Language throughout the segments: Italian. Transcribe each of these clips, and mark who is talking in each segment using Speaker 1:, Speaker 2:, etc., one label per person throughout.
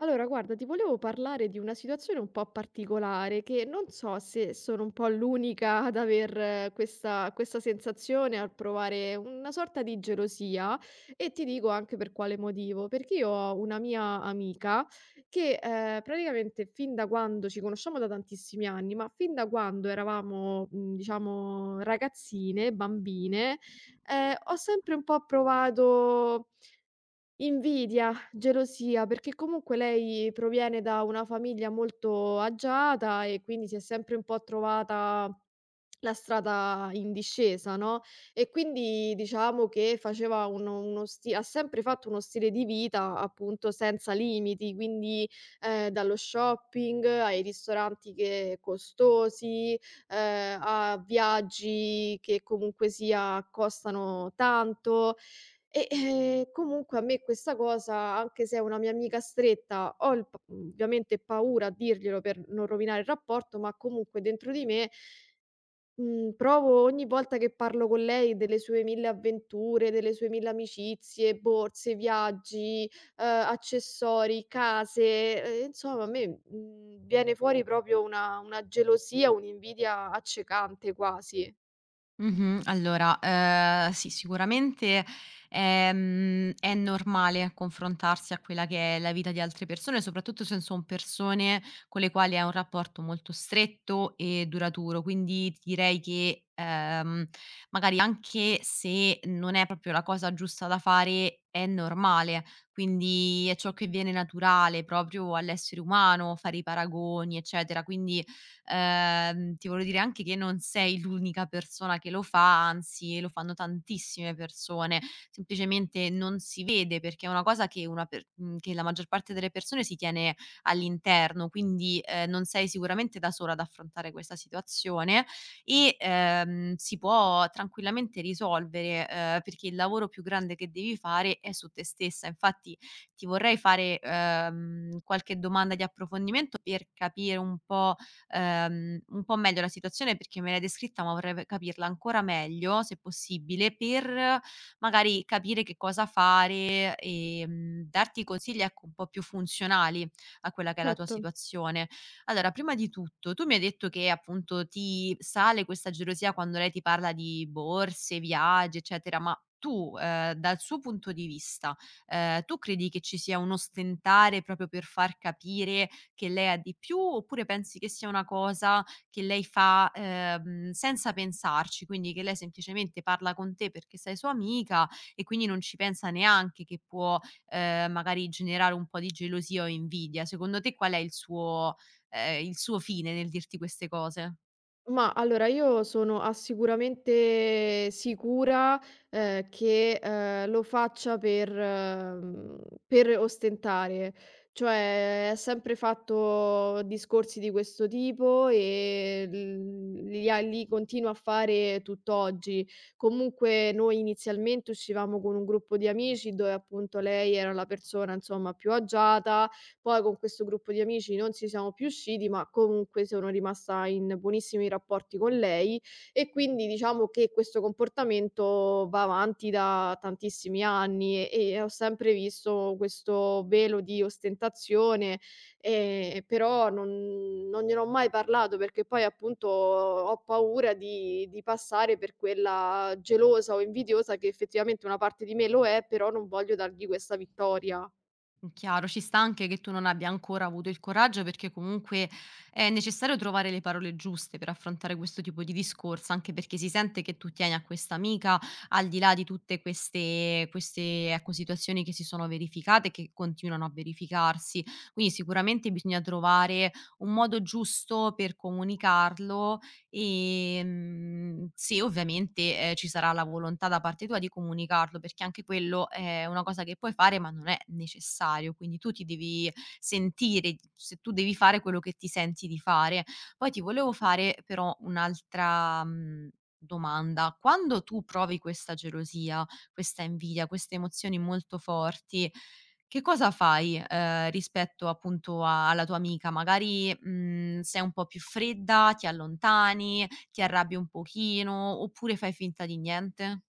Speaker 1: Allora, guarda, ti volevo parlare di una situazione un po' particolare che non so se sono un po' l'unica ad aver questa sensazione, al provare una sorta di gelosia, e ti dico anche per quale motivo, perché io ho una mia amica che praticamente fin da quando ci conosciamo da tantissimi anni, ma fin da quando eravamo, diciamo, ragazzine, bambine, ho sempre un po' provato invidia, gelosia, perché comunque lei proviene da una famiglia molto agiata e quindi si è sempre un po' trovata la strada in discesa, no, e quindi diciamo che faceva uno uno sti ha sempre fatto uno stile di vita appunto senza limiti, quindi, dallo shopping ai ristoranti che costosi, a viaggi che comunque sia costano tanto. E, comunque a me questa cosa, anche se è una mia amica stretta, ho il p mhmm, ovviamente paura a dirglielo per non rovinare il rapporto, ma comunque dentro di me Mhmm, provo ogni volta che parlo con lei delle sue 1000 avventure, delle sue 1000 amicizie, borse, viaggi, accessori, case, insomma a me, viene fuori proprio una gelosia, un'invidia accecante quasi.
Speaker 2: Mh-mh. Allora, sì, sicuramente, è normale confrontarsi a quella che è la vita di altre persone, soprattutto se son persone con le quali hai un rapporto molto stretto e duraturo. Quindi ti direi che, magari anche se non è proprio la cosa giusta da fare, è normale. Quindi è ciò che viene naturale proprio all'essere umano, fare i paragoni, eccetera. Quindi, ti volevo dire anche che non sei l'unica persona che lo fa, anzi lo fanno tantissime persone, semplicemente non si vede perché è una cosa che che la maggior parte delle persone si tiene all'interno, quindi, non sei sicuramente da sola ad affrontare questa situazione e si può tranquillamente risolvere, perché il lavoro più grande che devi fare è su te stessa. Infatti ti vorrei fare, qualche domanda di approfondimento per capire un po' meglio la situazione perché me l'hai descritta, ma vorrei v capirla ancora meglio, se possibile, per magari capire che cosa fare, darti consigli, ecco, un po' più funzionali a quella che è la tua
Speaker 1: Certo.
Speaker 2: situazione. Allora, prima di tutto, tu mi hai detto che appunto ti sale questa gelosia quando lei ti parla di borse, viaggi, eccetera, ma tu, dal suo punto di vista, tu credi che ci sia un ostentare proprio per far capire che lei ha di più oppure pensi che sia una cosa che lei fa, senza pensarci, quindi che lei semplicemente parla con te perché sei sua amica e quindi non ci pensa neanche che può, magari generare un po' di gelosia o invidia. Secondo te qual è il suo fine nel dirti queste cose?
Speaker 1: Ma allora io sono a sicuramente sicura, che, lo faccia per per ostentare. Cioè, ha sempre fatto discorsi di questo tipo e l li ha li continua a fare tutt'oggi. Comunque noi inizialmente uscivamo con un gruppo di amici dove appunto lei era la persona, insomma, più agiata, poi con questo gruppo di amici non ci siamo più usciti, ma comunque sono rimasta in buonissimi rapporti con lei e quindi diciamo che questo comportamento va avanti da tantissimi anni e ho sempre visto questo velo di ostentazione, però non gliene ho mai parlato perché poi appunto ho paura di passare per quella gelosa o invidiosa che effettivamente una parte di me lo è, però non voglio dargli questa vittoria.
Speaker 2: Chiaro, ci sta anche che tu non abbia ancora avuto il coraggio perché comunque è necessario trovare le parole giuste per affrontare questo tipo di discorso, anche perché si sente che tu tieni a questa amica, al di là di tutte queste ecco, situazioni che si sono verificate e che continuano a verificarsi. Quindi sicuramente bisogna trovare un modo giusto per comunicarlo. Se ovviamente, ci sarà la volontà da parte tua di comunicarlo, perché anche quello è una cosa che puoi fare, ma non è necessario, quindi tu ti devi sentire, se tu devi fare quello che ti senti di fare. Poi ti volevo fare però un'altra, domanda: quando tu provi questa gelosia, questa invidia, queste emozioni molto forti, che cosa fai, rispetto appunto a alla tua amica? Magari, sei un po' più fredda, ti allontani, ti arrabbi un pochino, oppure fai finta di niente?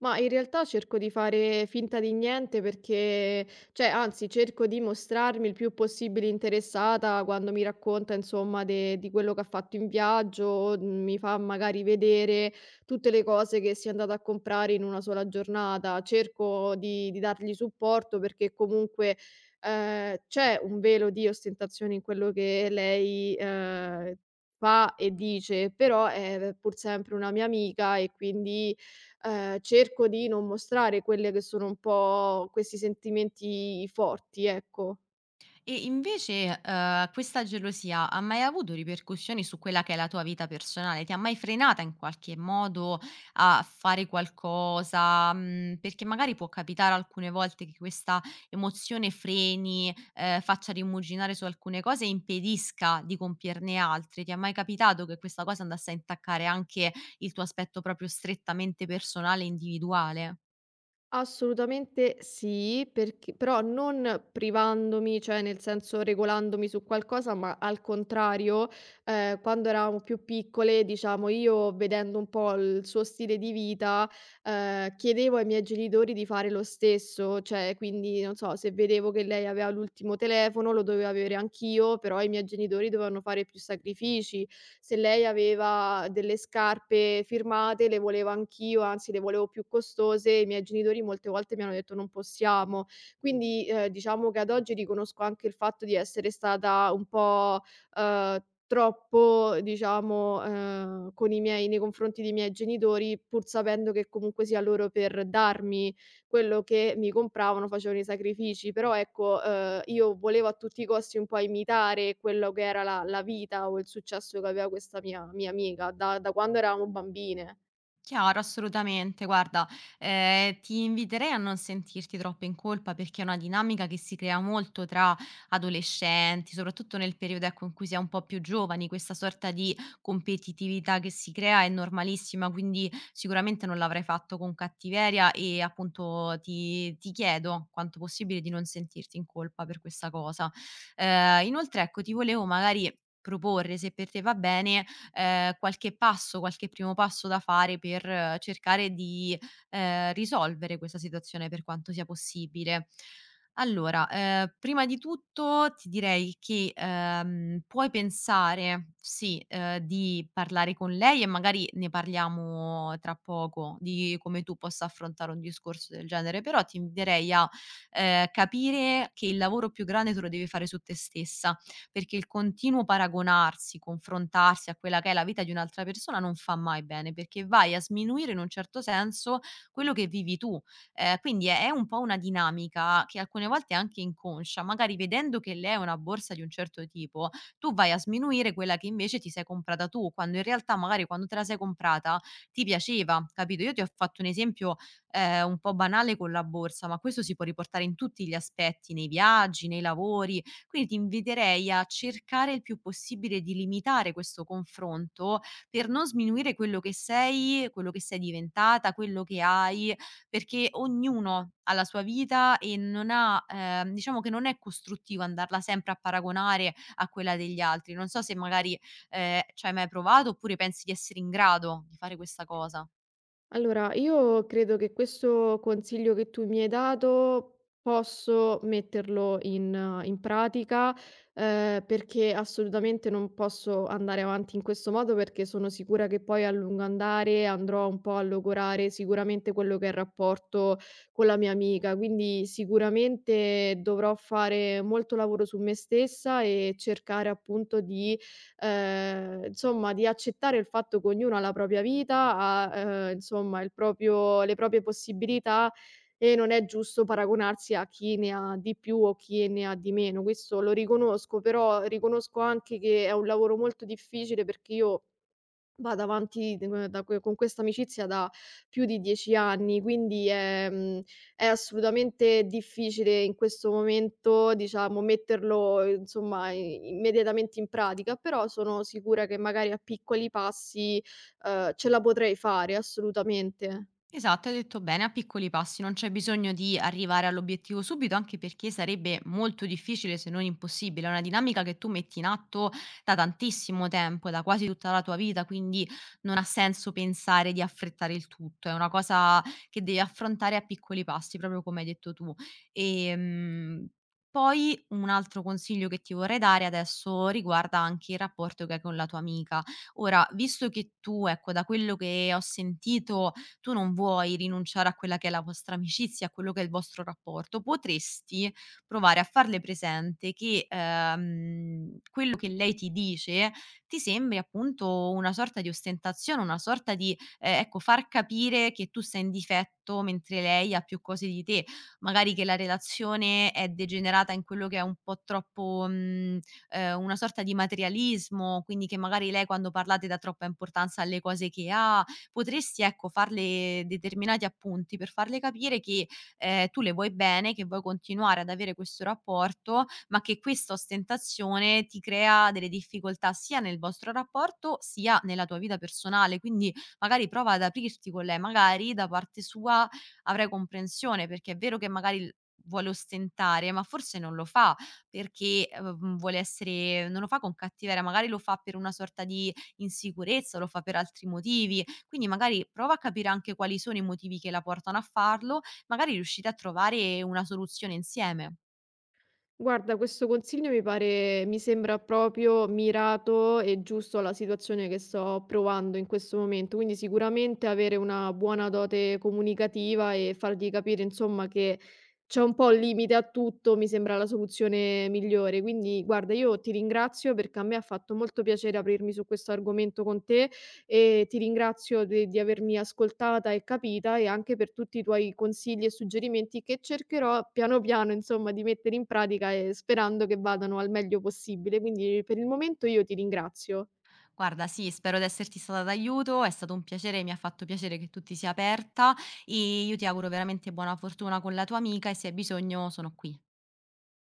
Speaker 1: Ma in realtà cerco di fare finta di niente perché, cioè anzi cerco di mostrarmi il più possibile interessata quando mi racconta insomma de di quello che ha fatto in viaggio, o mi fa magari vedere tutte le cose che si è andata a comprare in una sola giornata. Cerco di dargli supporto perché comunque, c'è un velo di ostentazione in quello che lei, fa e dice, però è pur sempre una mia amica e quindi cerco di non mostrare quelle che sono un po' questi sentimenti forti, ecco.
Speaker 2: E invece, questa gelosia ha mai avuto ripercussioni su quella che è la tua vita personale? Ti ha mai frenata in qualche modo a fare qualcosa? Mhmm, Perché magari può capitare alcune volte che questa emozione freni, faccia rimuginare su alcune cose e impedisca di compierne altre. Ti è mai capitato che questa cosa andasse a intaccare anche il tuo aspetto proprio strettamente personale e individuale?
Speaker 1: Assolutamente sì, perch però non privandomi, cioè nel senso regolandomi su qualcosa, ma al contrario, quando eravamo più piccole, diciamo, io vedendo un po' il suo stile di vita, chiedevo ai miei genitori di fare lo stesso, cioè quindi, non so, se vedevo che lei aveva l'ultimo telefono lo dovevo avere anch'io, però i miei genitori dovevano fare più sacrifici. Se lei aveva delle scarpe firmate le volevo anch'io, anzi le volevo più costose, i miei genitori molte volte mi hanno detto: "Non possiamo". Quindi, diciamo che ad oggi riconosco anche il fatto di essere stata un po' uhm, troppo diciamo, con i miei nei confronti dei miei genitori, pur sapendo che comunque sia loro per darmi quello che mi compravano facevano i sacrifici, però ecco, io volevo a tutti i costi un po' imitare quello che era la vita o il successo che aveva questa mia amica da quando eravamo bambine.
Speaker 2: Chiaro, assolutamente. Guarda, ti inviterei a non sentirti troppo in colpa perché è una dinamica che si crea molto tra adolescenti, soprattutto nel periodo, ecco, in cui si è un po' più giovani, questa sorta di competitività che si crea è normalissima, quindi sicuramente non l'avrai fatto con cattiveria e appunto ti chiedo, quanto possibile, di non sentirti in colpa per questa cosa. Inoltre, ecco, ti volevo magari proporre, se per te va bene, qualche passo, qualche primo passo da fare per cercare di, risolvere questa situazione per quanto sia possibile. Allora, prima di tutto ti direi che, puoi pensare, sì, di parlare con lei e magari ne parliamo tra poco, di come tu possa affrontare un discorso del genere, però ti inviterei a, capire che il lavoro più grande te lo devi fare su te stessa perché il continuo paragonarsi, confrontarsi a quella che è la vita di un'altra persona non fa mai bene, perché vai a sminuire in un certo senso quello che vivi tu. Quindi è un po' una dinamica che alcune volte è anche inconscia, magari vedendo che lei ha una borsa di un certo tipo, tu vai a sminuire quella che invece ti sei comprata tu, quando in realtà magari quando te la sei comprata ti piaceva, capito? Io ti ho fatto un esempio, un po' banale con la borsa, ma questo si può riportare in tutti gli aspetti, nei viaggi, nei lavori, quindi ti inviterei a cercare il più possibile di limitare questo confronto per non sminuire quello che sei diventata, quello che hai, perché ognuno ha la sua vita e non ha, diciamo che non è costruttivo andarla sempre a paragonare a quella degli altri. Non so se magari ci hai mai provato oppure pensi di essere in grado di fare questa cosa.
Speaker 1: Allora, io credo che questo consiglio che tu mi hai dato posso metterlo in pratica, perché assolutamente non posso andare avanti in questo modo perché sono sicura che poi a lungo andare andrò un po' a logorare sicuramente quello che è il rapporto con la mia amica. Quindi sicuramente dovrò fare molto lavoro su me stessa e cercare appunto di insomma di accettare il fatto che ognuno ha la propria vita, ha, insomma il proprio le proprie possibilità e non è giusto paragonarsi a chi ne ha di più o chi ne ha di meno. Questo lo riconosco, però riconosco anche che è un lavoro molto difficile perché io vado avanti d da que con questa amicizia da più di 10 anni, quindi è è assolutamente difficile in questo momento, diciamo, metterlo, insomma, i immediatamente in pratica, però sono sicura che magari a piccoli passi, ce la potrei fare assolutamente.
Speaker 2: Esatto, hai detto bene, a piccoli passi, non c'è bisogno di arrivare all'obiettivo subito, anche perché sarebbe molto difficile se non impossibile. È una dinamica che tu metti in atto da tantissimo tempo, da quasi tutta la tua vita, quindi non ha senso pensare di affrettare il tutto, è una cosa che devi affrontare a piccoli passi, proprio come hai detto tu. Ehm, Poi un altro consiglio che ti vorrei dare adesso riguarda anche il rapporto che hai con la tua amica. Ora, visto che tu, ecco, da quello che ho sentito tu non vuoi rinunciare a quella che è la vostra amicizia, a quello che è il vostro rapporto, potresti provare a farle presente che, quello che lei ti dice ti sembri appunto una sorta di ostentazione, una sorta di, ecco, far capire che tu sei in difetto mentre lei ha più cose di te. Magari che la relazione è degenerata in quello che è un po' troppo, una sorta di materialismo, quindi che magari lei quando parlate dà troppa importanza alle cose che ha potresti ecco farle determinati appunti per farle capire che, tu le vuoi bene, che vuoi continuare ad avere questo rapporto, ma che questa ostentazione ti crea delle difficoltà sia nel vostro rapporto, sia nella tua vita personale. Quindi magari prova ad aprirti con lei, magari da parte sua avrai comprensione, perché è vero che magari l vuole ostentare, ma forse non lo fa perché, vuole essere non lo fa con cattiveria, magari lo fa per una sorta di insicurezza, lo fa per altri motivi. Quindi magari prova a capire anche quali sono i motivi che la portano a farlo, magari riuscite a trovare una soluzione insieme.
Speaker 1: Guarda, questo consiglio mi sembra proprio mirato e giusto alla situazione che sto provando in questo momento, quindi sicuramente avere una buona dote comunicativa e fargli capire, insomma, che c'è un po' il limite a tutto, mi sembra la soluzione migliore. Quindi, guarda, io ti ringrazio perché a me ha fatto molto piacere aprirmi su questo argomento con te e ti ringrazio de di avermi ascoltata e capita e anche per tutti i tuoi consigli e suggerimenti che cercherò piano piano, insomma, di mettere in pratica e sperando che vadano al meglio possibile. Quindi per il momento io ti ringrazio.
Speaker 2: Guarda, sì, spero di esserti stata d'aiuto, è stato un piacere, mi ha fatto piacere che tu ti sia aperta e io ti auguro veramente buona fortuna con la tua amica e se hai bisogno sono qui.